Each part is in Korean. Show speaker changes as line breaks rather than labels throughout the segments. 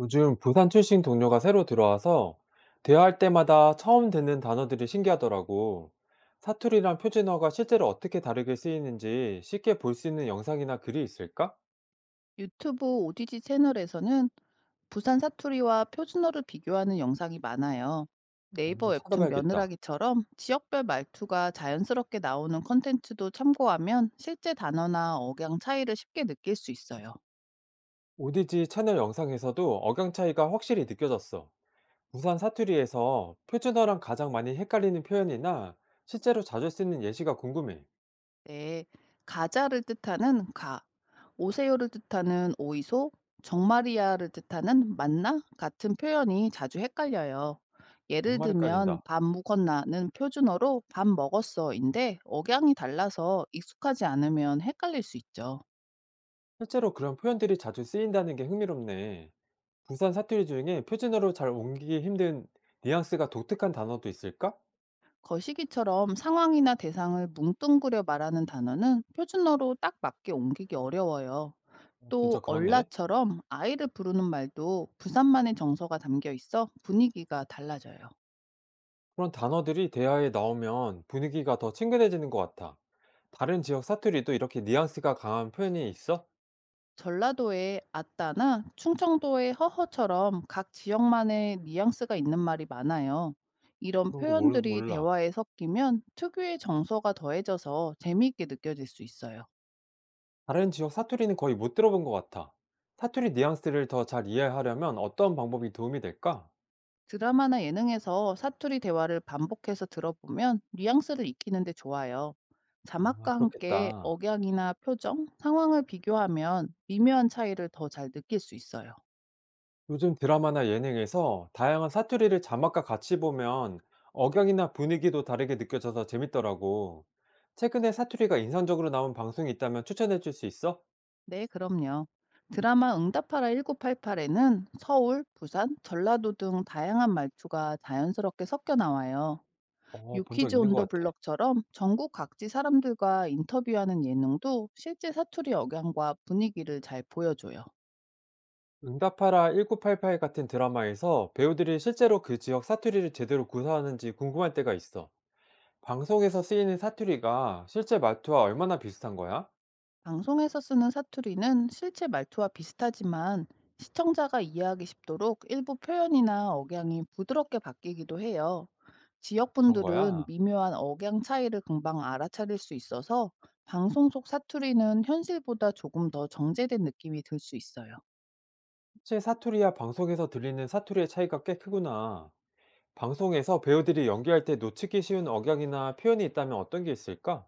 요즘 부산 출신 동료가 새로 들어와서 대화할 때마다 처음 듣는 단어들이 신기하더라고. 사투리랑 표준어가 실제로 어떻게 다르게 쓰이는지 쉽게 볼 수 있는 영상이나 글이 있을까?
유튜브 오디지 채널에서는 부산 사투리와 표준어를 비교하는 영상이 많아요.
어,
네이버
한번
웹툰
찾아봐야겠다.
며느라기처럼 지역별 말투가 자연스럽게 나오는 컨텐츠도 참고하면 실제 단어나 억양 차이를 쉽게 느낄 수 있어요.
오디지 채널 영상에서도 억양 차이가 확실히 느껴졌어. 부산 사투리에서 표준어랑 가장 많이 헷갈리는 표현이나 실제로 자주 쓰는 예시가 궁금해.
네, 가자를 뜻하는 가, 오세요를 뜻하는 오이소, 정마리야를 뜻하는 맞나 같은 표현이 자주 헷갈려요. 예를
정말
들면
헷갈린다.
밥 먹었나는 표준어로 밥 먹었어인데 억양이 달라서 익숙하지 않으면 헷갈릴 수 있죠.
실제로 그런 표현들이 자주 쓰인다는 게 흥미롭네. 부산 사투리 중에 표준어로 잘 옮기기 힘든 뉘앙스가 독특한 단어도 있을까?
거시기처럼 상황이나 대상을 뭉뚱그려 말하는 단어는 표준어로 딱 맞게 옮기기 어려워요.
어,
또
진짜 그렇네.
얼라처럼 아이를 부르는 말도 부산만의 정서가 담겨 있어 분위기가 달라져요.
그런 단어들이 대화에 나오면 분위기가 더 친근해지는 것 같아. 다른 지역 사투리도 이렇게 뉘앙스가 강한 표현이 있어?
전라도의 아따나 충청도의 허허처럼 각 지역만의 뉘앙스가 있는 말이 많아요. 이런 표현들이
몰라.
대화에 섞이면 특유의 정서가 더해져서 재미있게 느껴질 수 있어요.
다른 지역 사투리는 거의 못 들어본 것 같아. 사투리 뉘앙스를 더 잘 이해하려면 어떤 방법이 도움이 될까?
드라마나 예능에서 사투리 대화를 반복해서 들어보면 뉘앙스를 익히는데 좋아요.
아,
자막과 함께
그렇겠다.
억양이나 표정, 상황을 비교하면 미묘한 차이를 더 잘 느낄 수 있어요.
요즘 드라마나 예능에서 다양한 사투리를 자막과 같이 보면 억양이나 분위기도 다르게 느껴져서 재밌더라고. 최근에 사투리가 인상적으로 나온 방송이 있다면 추천해 줄 수 있어?
네, 그럼요. 드라마 응답하라 1988에는 서울, 부산, 전라도 등 다양한 말투가 자연스럽게 섞여 나와요.
어, 본 적
유퀴즈
있는
온더
것 같아.
블럭처럼 전국 각지 사람들과 인터뷰하는 예능도 실제 사투리 억양과 분위기를 잘 보여줘요.
응답하라 1988 같은 드라마에서 배우들이 실제로 그 지역 사투리를 제대로 구사하는지 궁금할 때가 있어. 방송에서 쓰이는 사투리가 실제 말투와 얼마나 비슷한 거야?
방송에서 쓰는 사투리는 실제 말투와 비슷하지만 시청자가 이해하기 쉽도록 일부 표현이나 억양이 부드럽게 바뀌기도 해요.
그런
지역분들은
거야?
미묘한 억양 차이를 금방 알아차릴 수 있어서 방송 속 사투리는 현실보다 조금 더 정제된 느낌이 들 수 있어요.
실제 사투리와 방송에서 들리는 사투리의 차이가 꽤 크구나. 방송에서 배우들이 연기할 때 놓치기 쉬운 억양이나 표현이 있다면 어떤 게 있을까?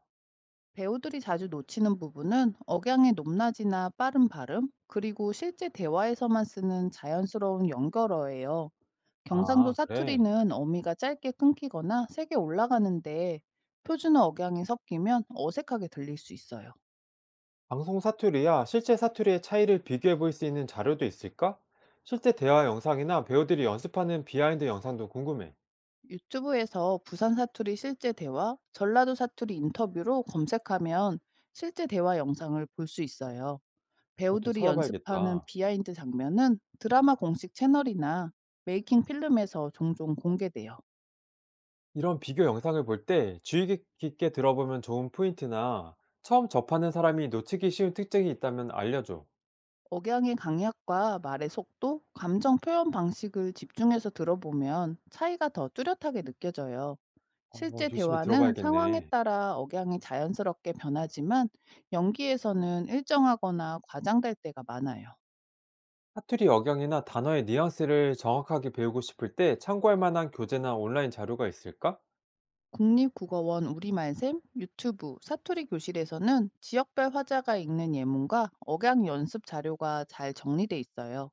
배우들이 자주 놓치는 부분은 억양의 높낮이나 빠른 발음, 그리고 실제 대화에서만 쓰는 자연스러운 연결어예요. 경상도
아, 그래.
사투리는 어미가 짧게 끊기거나 세게 올라가는데 표준어 억양이 섞이면 어색하게 들릴 수 있어요.
방송 사투리야 실제 사투리의 차이를 비교해 볼 수 있는 자료도 있을까? 실제 대화 영상이나 배우들이 연습하는 비하인드 영상도 궁금해.
유튜브에서 부산 사투리 실제 대화, 전라도 사투리 인터뷰로 검색하면 실제 대화 영상을 볼 수 있어요.
그것도
배우들이 연습하는
찾아봐야겠다.
비하인드 장면은 드라마 공식 채널이나 메이킹 필름에서 종종 공개돼요.
이런 비교 영상을 볼 때 깊게 들어보면 좋은 포인트나 처음 접하는 사람이 놓치기 쉬운 특징이 있다면 알려줘.
억양의 강약과 말의 속도, 감정 표현 방식을 집중해서 들어보면 차이가 더 뚜렷하게 느껴져요.
어,
실제
유심히
대화는 상황에
들어봐야겠네.
따라 억양이 자연스럽게 변하지만 연기에서는 일정하거나 과장될 때가 많아요.
사투리 억양이나 단어의 뉘앙스를 정확하게 배우고 싶을 때 참고할 만한 교재나 온라인 자료가 있을까?
국립국어원 우리말샘, 유튜브, 사투리 교실에서는 지역별 화자가 읽는 예문과 억양 연습 자료가 잘 정리돼 있어요.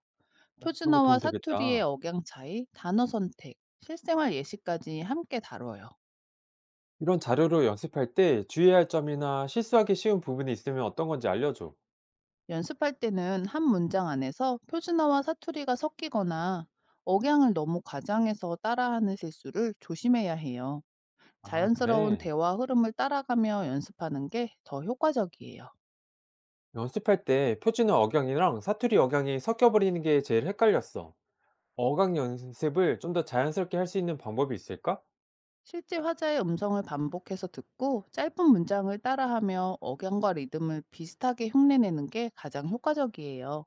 그런 거
표준어와
도움
사투리의
되겠다.
억양 차이, 단어 선택, 실생활 예시까지 함께 다뤄요.
이런 자료로 연습할 때 주의해야 할 점이나 실수하기 쉬운 부분이 있으면 어떤 건지 알려줘.
연습할 때는 한 문장 안에서 표준어와 사투리가 섞이거나 억양을 너무 과장해서 따라하는 실수를 조심해야 해요.
아,
자연스러운
그래.
대화 흐름을 따라가며 연습하는 게 더 효과적이에요.
연습할 때 표준어 억양이랑 사투리 억양이 섞여버리는 게 제일 헷갈렸어. 어강 연습을 좀 더 자연스럽게 할 수 있는 방법이 있을까?
실제 화자의 음성을 반복해서 듣고 짧은 문장을 따라하며 억양과 리듬을 비슷하게 흉내내는 게 가장 효과적이에요.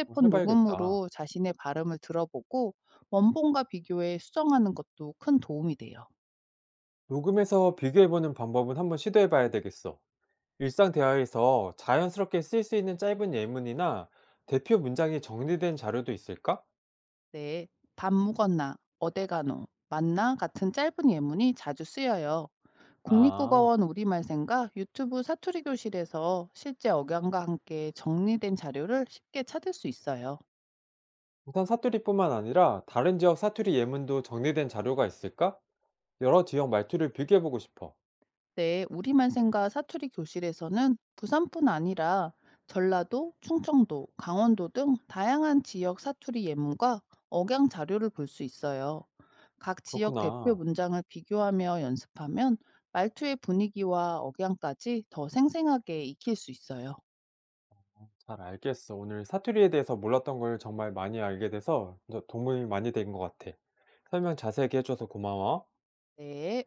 한번 해봐야겠다.
녹음으로 자신의 발음을 들어보고 원본과 비교해 수정하는 것도 큰 도움이 돼요.
녹음해서 비교해보는 방법은 한번 시도해봐야 되겠어. 일상 대화에서 자연스럽게 쓸 수 있는 짧은 예문이나 대표 문장이 정리된 자료도 있을까?
네, 밥 먹었나, 어디 가노, 맞나 같은 짧은 예문이 자주 쓰여요.
아,
국립국어원 우리말생과 유튜브 사투리 교실에서 실제 억양과 함께 정리된 자료를 쉽게 찾을 수 있어요.
부산 사투리뿐만 아니라 다른 지역 사투리 예문도 정리된 자료가 있을까? 여러 지역 말투를 비교해보고 싶어.
네, 우리말생과 사투리 교실에서는 부산뿐 아니라 전라도, 충청도, 강원도 등 다양한 지역 사투리 예문과 억양 자료를 볼 수 있어요. 각 지역 대표
그렇구나.
문장을 비교하며 연습하면 말투의 분위기와 억양까지 더 생생하게 익힐 수 있어요.
잘 알겠어. 오늘 사투리에 대해서 몰랐던 걸 정말 많이 알게 돼서 도움이 많이 된 것 같아. 설명 자세하게 해줘서 고마워.
네.